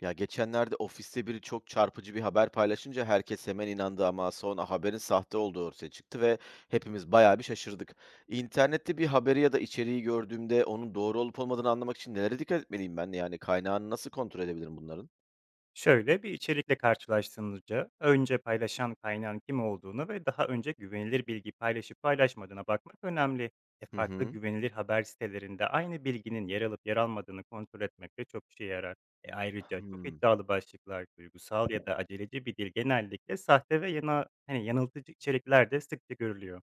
Ya geçenlerde ofiste biri çok çarpıcı bir haber paylaşınca herkes hemen inandı ama sonra haberin sahte olduğu ortaya çıktı ve hepimiz bayağı bir şaşırdık. İnternette bir haberi ya da içeriği gördüğümde onun doğru olup olmadığını anlamak için nelere dikkat etmeliyim ben? Yani kaynağını nasıl kontrol edebilirim bunların? Şöyle bir içerikle karşılaştığınızda önce paylaşan kaynağın kim olduğunu ve daha önce güvenilir bilgi paylaşıp paylaşmadığına bakmak önemli. Hı Farklı hı. güvenilir haber sitelerinde aynı bilginin yer alıp yer almadığını kontrol etmek de çok işe yarar. Ayrıca çok Hmm, iddialı başlıklar, duygusal ya da aceleci bir dil genellikle sahte ve hani yanıltıcı içerikler de sıkça görülüyor.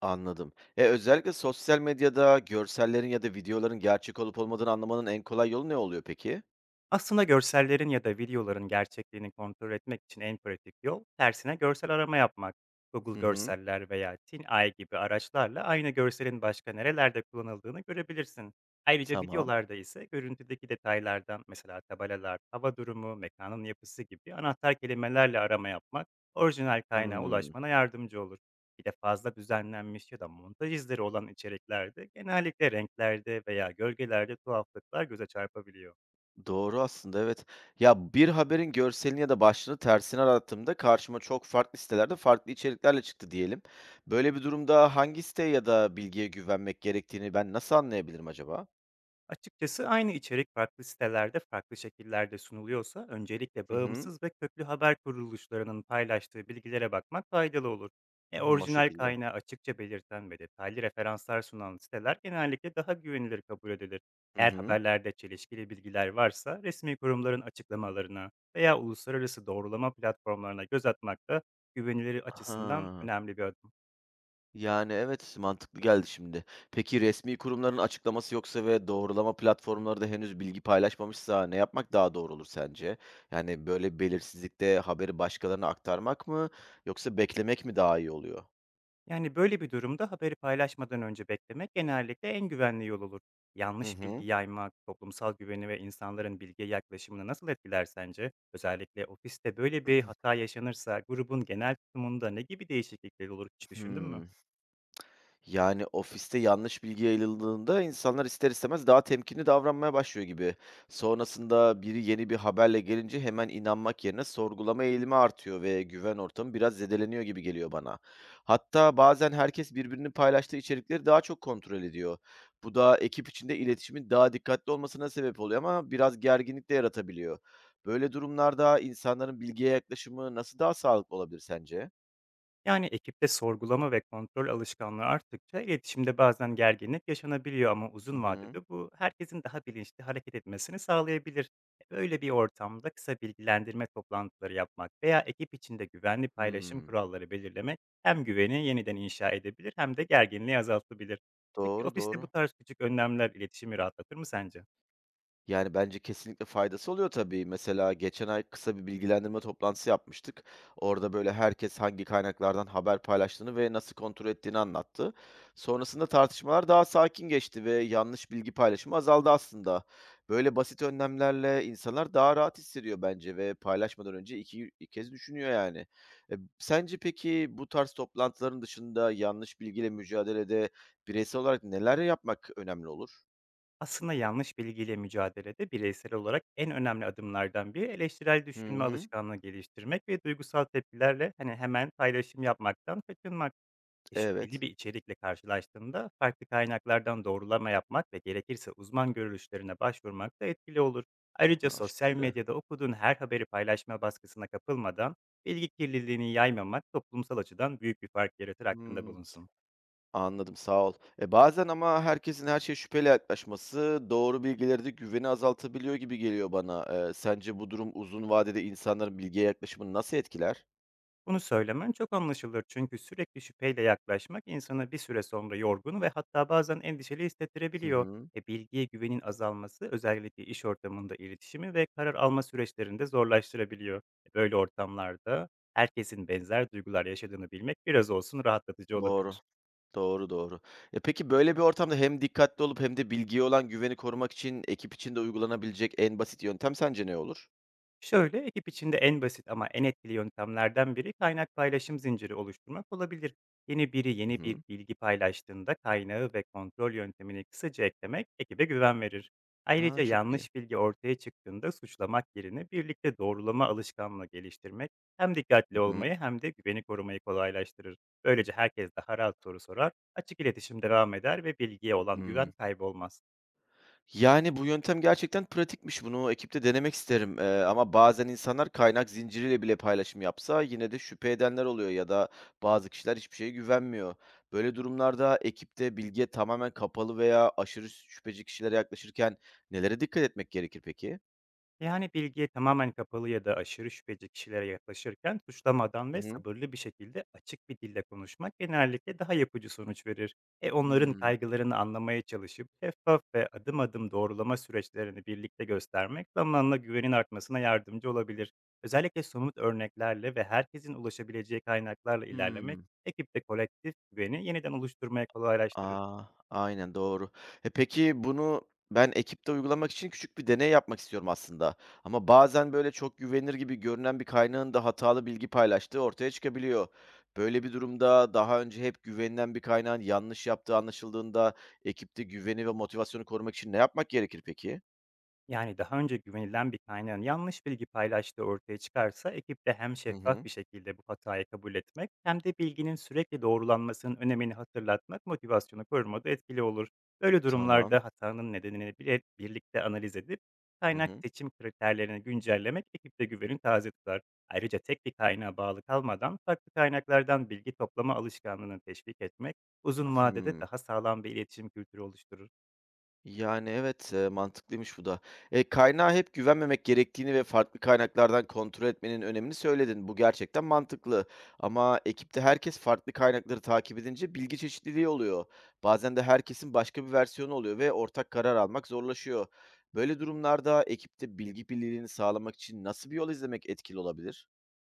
anladım. E, özellikle sosyal medyada görsellerin ya da videoların gerçek olup olmadığını anlamanın en kolay yolu ne oluyor peki? Aslında görsellerin ya da videoların gerçekliğini kontrol etmek için en pratik yol, tersine görsel arama yapmak. Google Hı hı. Görseller veya TinEye gibi araçlarla aynı görselin başka nerelerde kullanıldığını görebilirsin. Ayrıca Tamam. videolarda ise görüntüdeki detaylardan mesela tabelalar, hava durumu, mekanın yapısı gibi anahtar kelimelerle arama yapmak orijinal kaynağa Hmm. ulaşmana yardımcı olur. Bir de fazla düzenlenmiş ya da montaj izleri olan içeriklerde genellikle renklerde veya gölgelerde tuhaflıklar göze çarpabiliyor. Doğru aslında, evet. Ya, bir haberin görselini ya da başlığını tersine arattığımda karşıma çok farklı sitelerde farklı içeriklerle çıktı diyelim. Böyle bir durumda hangi siteye ya da bilgiye güvenmek gerektiğini ben nasıl anlayabilirim acaba? Açıkçası aynı içerik farklı sitelerde farklı şekillerde sunuluyorsa öncelikle Hı hı. bağımsız ve köklü haber kuruluşlarının paylaştığı bilgilere bakmak faydalı olur. Hı hı, o Orijinal şekilde. kaynağı açıkça belirten ve detaylı referanslar sunan siteler genellikle daha güvenilir kabul edilir. Hı Eğer hı. haberlerde çelişkili bilgiler varsa resmi kurumların açıklamalarına veya uluslararası doğrulama platformlarına göz atmak da güvenilir açısından Ha. önemli bir adım. Yani, evet, mantıklı geldi şimdi. Peki resmi kurumların açıklaması yoksa ve doğrulama platformları da henüz bilgi paylaşmamışsa ne yapmak daha doğru olur sence? Yani, böyle belirsizlikte haberi başkalarına aktarmak mı yoksa beklemek mi daha iyi oluyor? Yani böyle bir durumda haberi paylaşmadan önce beklemek genellikle en güvenli yol olur. Hı Yanlış bilgi hı. yaymak, toplumsal güveni ve insanların bilgiye yaklaşımını nasıl etkiler sence? Özellikle ofiste böyle bir hata yaşanırsa grubun genel tutumunda ne gibi değişiklikler olur, hiç düşündün mü? Hımm. Yani, ofiste yanlış bilgi yayıldığında insanlar ister istemez daha temkinli davranmaya başlıyor gibi. Sonrasında biri yeni bir haberle gelince hemen inanmak yerine sorgulama eğilimi artıyor ve güven ortamı biraz zedeleniyor gibi geliyor bana. Hatta bazen herkes birbirinin paylaştığı içerikleri daha çok kontrol ediyor. Bu da ekip içinde iletişimin daha dikkatli olmasına sebep oluyor ama biraz gerginlik de yaratabiliyor. Böyle durumlarda insanların bilgiye yaklaşımı nasıl daha sağlıklı olabilir sence? Yani ekipte sorgulama ve kontrol alışkanlığı arttıkça iletişimde bazen gerginlik yaşanabiliyor ama Hı uzun hı. vadede bu herkesin daha bilinçli hareket etmesini sağlayabilir. Böyle bir ortamda kısa bilgilendirme toplantıları yapmak veya ekip içinde güvenli paylaşım Hıı. kuralları belirlemek hem güveni yeniden inşa edebilir hem de gerginliği azaltabilir. Peki, Doğru, ofiste bu doğru. tarz küçük önlemler iletişimi rahatlatır mı sence? Yani, bence kesinlikle faydası oluyor tabii. Mesela geçen ay kısa bir bilgilendirme toplantısı yapmıştık. Orada, böyle, herkes hangi kaynaklardan haber paylaştığını ve nasıl kontrol ettiğini anlattı. Sonrasında tartışmalar daha sakin geçti ve yanlış bilgi paylaşımı azaldı aslında. Böyle basit önlemlerle insanlar daha rahat hissediyor bence ve paylaşmadan önce iki kez düşünüyor yani. E, sence peki bu tarz toplantıların dışında yanlış bilgiyle mücadelede bireysel olarak neler yapmak önemli olur? Aslında yanlış bilgiyle mücadelede bireysel olarak en önemli adımlardan biri eleştirel Hı düşünme hı. alışkanlığı geliştirmek ve duygusal tepkilerle hani hemen paylaşım yapmaktan kaçınmak. Şüpheli Evet. bir içerikle karşılaştığında farklı kaynaklardan doğrulama yapmak ve gerekirse uzman görüşlerine başvurmak da etkili olur. Ayrıca Ha, o sosyal şekilde. medyada okuduğun her haberi paylaşma baskısına kapılmadan bilgi kirliliğini yaymamak toplumsal açıdan büyük bir fark yaratır hakkında Hımm, bulunsun. anladım, sağ ol. E, bazen ama herkesin her şeye şüpheyle yaklaşması doğru bilgilere de güveni azaltabiliyor gibi geliyor bana. Sence bu durum uzun vadede insanların bilgiye yaklaşımını nasıl etkiler? Bunu söylemen çok anlaşılır, çünkü sürekli şüpheyle yaklaşmak insanı bir süre sonra yorgun ve hatta bazen endişeli Hı hissettirebiliyor. hı. Bilgiye güvenin azalması özellikle iş ortamında iletişimi ve karar alma süreçlerini de zorlaştırabiliyor. Böyle ortamlarda herkesin benzer duygular yaşadığını bilmek biraz olsun rahatlatıcı Doğru, olabilir. doğru, doğru. E, peki böyle bir ortamda hem dikkatli olup hem de bilgiye olan güveni korumak için ekip içinde uygulanabilecek en basit yöntem sence ne olur? Şöyle, ekip içinde en basit ama en etkili yöntemlerden biri kaynak paylaşım zinciri oluşturmak olabilir. Yeni biri yeni Hı bir hı. bilgi paylaştığında kaynağı ve kontrol yöntemini kısaca eklemek ekibe güven verir. A, Ayrıca çok iyi. yanlış bilgi ortaya çıktığında suçlamak yerine birlikte doğrulama alışkanlığı geliştirmek hem dikkatli Hı hı. olmayı hem de güveni korumayı kolaylaştırır. Böylece herkes daha rahat soru sorar, açık iletişim devam eder ve bilgiye olan Hıı. güven kaybolmaz. Yani, bu yöntem gerçekten pratikmiş. Bunu ekipte denemek isterim, ama bazen insanlar kaynak zinciriyle bile paylaşım yapsa yine de şüphe edenler oluyor ya da bazı kişiler hiçbir şeye güvenmiyor. Böyle durumlarda ekipte bilgiye tamamen kapalı veya aşırı şüpheci kişilere yaklaşırken nelere dikkat etmek gerekir peki? Yani bilgiye tamamen kapalı ya da aşırı şüpheci kişilere yaklaşırken suçlamadan Hı ve hı. sabırlı bir şekilde açık bir dille konuşmak genellikle daha yapıcı sonuç verir. Onların Hımm. kaygılarını anlamaya çalışıp şeffaf ve adım adım doğrulama süreçlerini birlikte göstermek zamanla güvenin artmasına yardımcı olabilir. Özellikle somut örneklerle ve herkesin ulaşabileceği kaynaklarla ilerlemek Hımm. ekipte kolektif güveni yeniden oluşturmaya kolaylaştırır. A! Aynen, doğru. E, peki bunu ben ekipte uygulamak için küçük bir deney yapmak istiyorum aslında ama bazen böyle çok güvenilir gibi görünen bir kaynağın da hatalı bilgi paylaştığı ortaya çıkabiliyor. Böyle bir durumda daha önce hep güvenilen bir kaynağın yanlış yaptığı anlaşıldığında ekipte güveni ve motivasyonu korumak için ne yapmak gerekir peki? Yani daha önce güvenilen bir kaynağın yanlış bilgi paylaştığı ortaya çıkarsa ekipte hem Hı şeffaf hı. bir şekilde bu hatayı kabul etmek hem de bilginin sürekli doğrulanmasının önemini hatırlatmak motivasyonu korumada etkili olur. Böyle Tamam. durumlarda hatanın nedenini bile birlikte analiz edip Hı kaynak hı. seçim kriterlerini güncellemek ekipte güveni taze tutar. Ayrıca tek bir kaynağa bağlı kalmadan farklı kaynaklardan bilgi toplama alışkanlığını teşvik etmek uzun vadede Hımm. daha sağlam bir iletişim kültürü oluşturur. Yani, evet, mantıklıymış bu da. Kaynağa hep güvenmemek gerektiğini ve farklı kaynaklardan kontrol etmenin önemini söyledin. Bu gerçekten mantıklı ama ekipte herkes farklı kaynakları takip edince bilgi çeşitliliği oluyor. Bazen de herkesin başka bir versiyonu oluyor ve ortak karar almak zorlaşıyor. Böyle durumlarda ekipte bilgi birliğini sağlamak için nasıl bir yol izlemek etkili olabilir?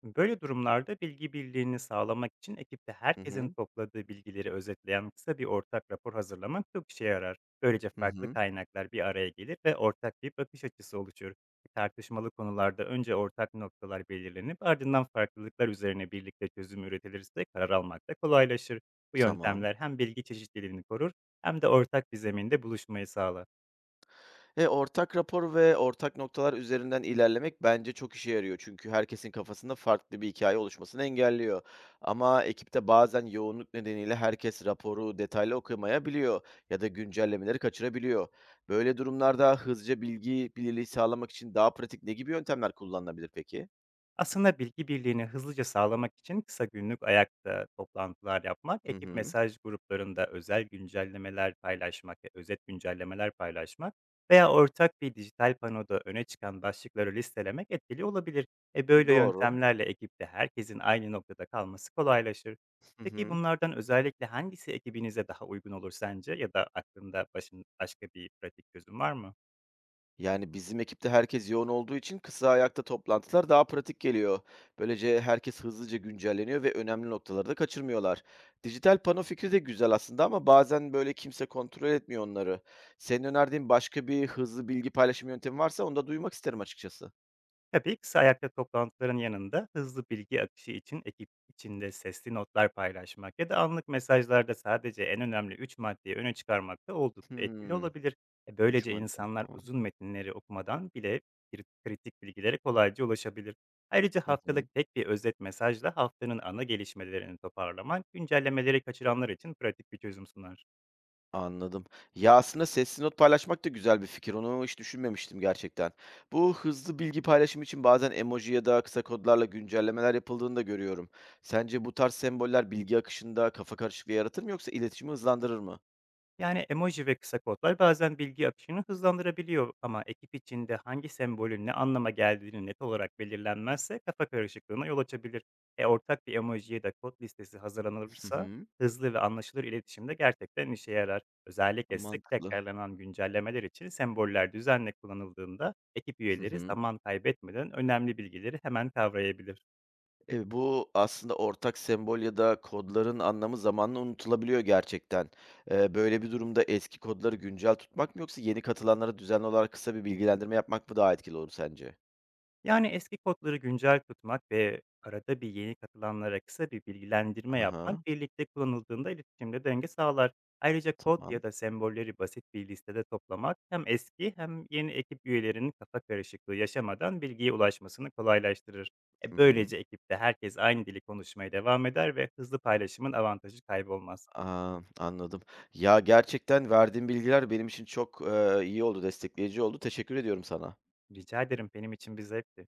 Böyle durumlarda bilgi birliğini sağlamak için ekipte Hı herkesin hı. topladığı bilgileri özetleyen kısa bir ortak rapor hazırlamak çok işe yarar. Böylece Hı farklı hı. kaynaklar bir araya gelir ve ortak bir bakış açısı oluşur. Tartışmalı konularda önce ortak noktalar belirlenip ardından farklılıklar üzerine birlikte çözüm üretilirse karar almak da kolaylaşır. Bu Tamam. yöntemler hem bilgi çeşitliliğini korur hem de ortak bir zeminde buluşmayı sağlar. Ortak rapor ve ortak noktalar üzerinden ilerlemek bence çok işe yarıyor, çünkü herkesin kafasında farklı bir hikaye oluşmasını engelliyor. Ama ekipte bazen yoğunluk nedeniyle herkes raporu detaylı okuyamayabiliyor ya da güncellemeleri kaçırabiliyor. Böyle durumlarda hızlıca bilgi birliği sağlamak için daha pratik ne gibi yöntemler kullanılabilir peki? Aslında bilgi birliğini hızlıca sağlamak için kısa günlük ayakta toplantılar yapmak, Hı ekip hı. mesaj gruplarında özel güncellemeler paylaşmak ve özet güncellemeler paylaşmak veya ortak bir dijital panoda öne çıkan başlıkları listelemek etkili olabilir. Böyle Doğru. yöntemlerle ekipte herkesin aynı noktada kalması kolaylaşır. Hı Peki, hı. bunlardan özellikle hangisi ekibinize daha uygun olur sence ya da aklında başka bir pratik çözüm var mı? Yani, bizim ekipte herkes yoğun olduğu için kısa ayakta toplantılar daha pratik geliyor. Böylece herkes hızlıca güncelleniyor ve önemli noktaları da kaçırmıyorlar. Dijital pano fikri de güzel aslında ama bazen böyle kimse kontrol etmiyor onları. Senin önerdiğin başka bir hızlı bilgi paylaşım yöntemi varsa onu da duymak isterim açıkçası. Tabii, kısa ayakta toplantıların yanında hızlı bilgi akışı için ekip içinde sesli notlar paylaşmak ya da anlık mesajlarda sadece en önemli 3 maddeyi öne çıkarmak da oldukça etkili Hımm, olabilir. Üç Böylece madde. insanlar Tamam. uzun metinleri okumadan bile kritik bilgilere kolayca ulaşabilir. Ayrıca Hı haftalık hı. tek bir özet mesajla haftanın ana gelişmelerini toparlamak güncellemeleri kaçıranlar için pratik bir çözüm sunar. Anladım. Ya, aslında sesli not paylaşmak da güzel bir fikir. Onu hiç düşünmemiştim gerçekten. Bu hızlı bilgi paylaşımı için bazen emoji ya da kısa kodlarla güncellemeler yapıldığını da görüyorum. Sence bu tarz semboller bilgi akışında kafa karışıklığı yaratır mı yoksa iletişimi hızlandırır mı? Yani emoji ve kısa kodlar bazen bilgi akışını hızlandırabiliyor ama ekip içinde hangi sembolün ne anlama geldiğini net olarak belirlenmezse kafa karışıklığına yol açabilir. Ortak bir emoji ya da kod listesi Hı hazırlanırsa hı. hızlı ve anlaşılır iletişimde gerçekten işe yarar. Özellikle sık Mantıklı. tekrarlanan güncellemeler için semboller düzenli kullanıldığında ekip Hı üyeleri hı. zaman kaybetmeden önemli bilgileri hemen kavrayabilir. E, bu aslında ortak sembol ya da kodların anlamı zamanla unutulabiliyor gerçekten. E, böyle bir durumda eski kodları güncel tutmak mı yoksa yeni katılanlara düzenli olarak kısa bir bilgilendirme yapmak mı daha etkili olur sence? Yani eski kodları güncel tutmak ve arada bir yeni katılanlara kısa bir bilgilendirme Hı hı. yapmak birlikte kullanıldığında iletişimde denge sağlar. Ayrıca kod ya Tamam. da sembolleri basit bir listede toplamak hem eski hem yeni ekip üyelerinin kafa karışıklığı yaşamadan bilgiye ulaşmasını kolaylaştırır. Hı hı. Böylece ekipte herkes aynı dili konuşmaya devam eder ve hızlı paylaşımın avantajı kaybolmaz. A, anladım. Ya, gerçekten verdiğin bilgiler benim için çok, iyi oldu, destekleyici oldu. Teşekkür ediyorum sana. Rica ederim, benim için bir zevkti.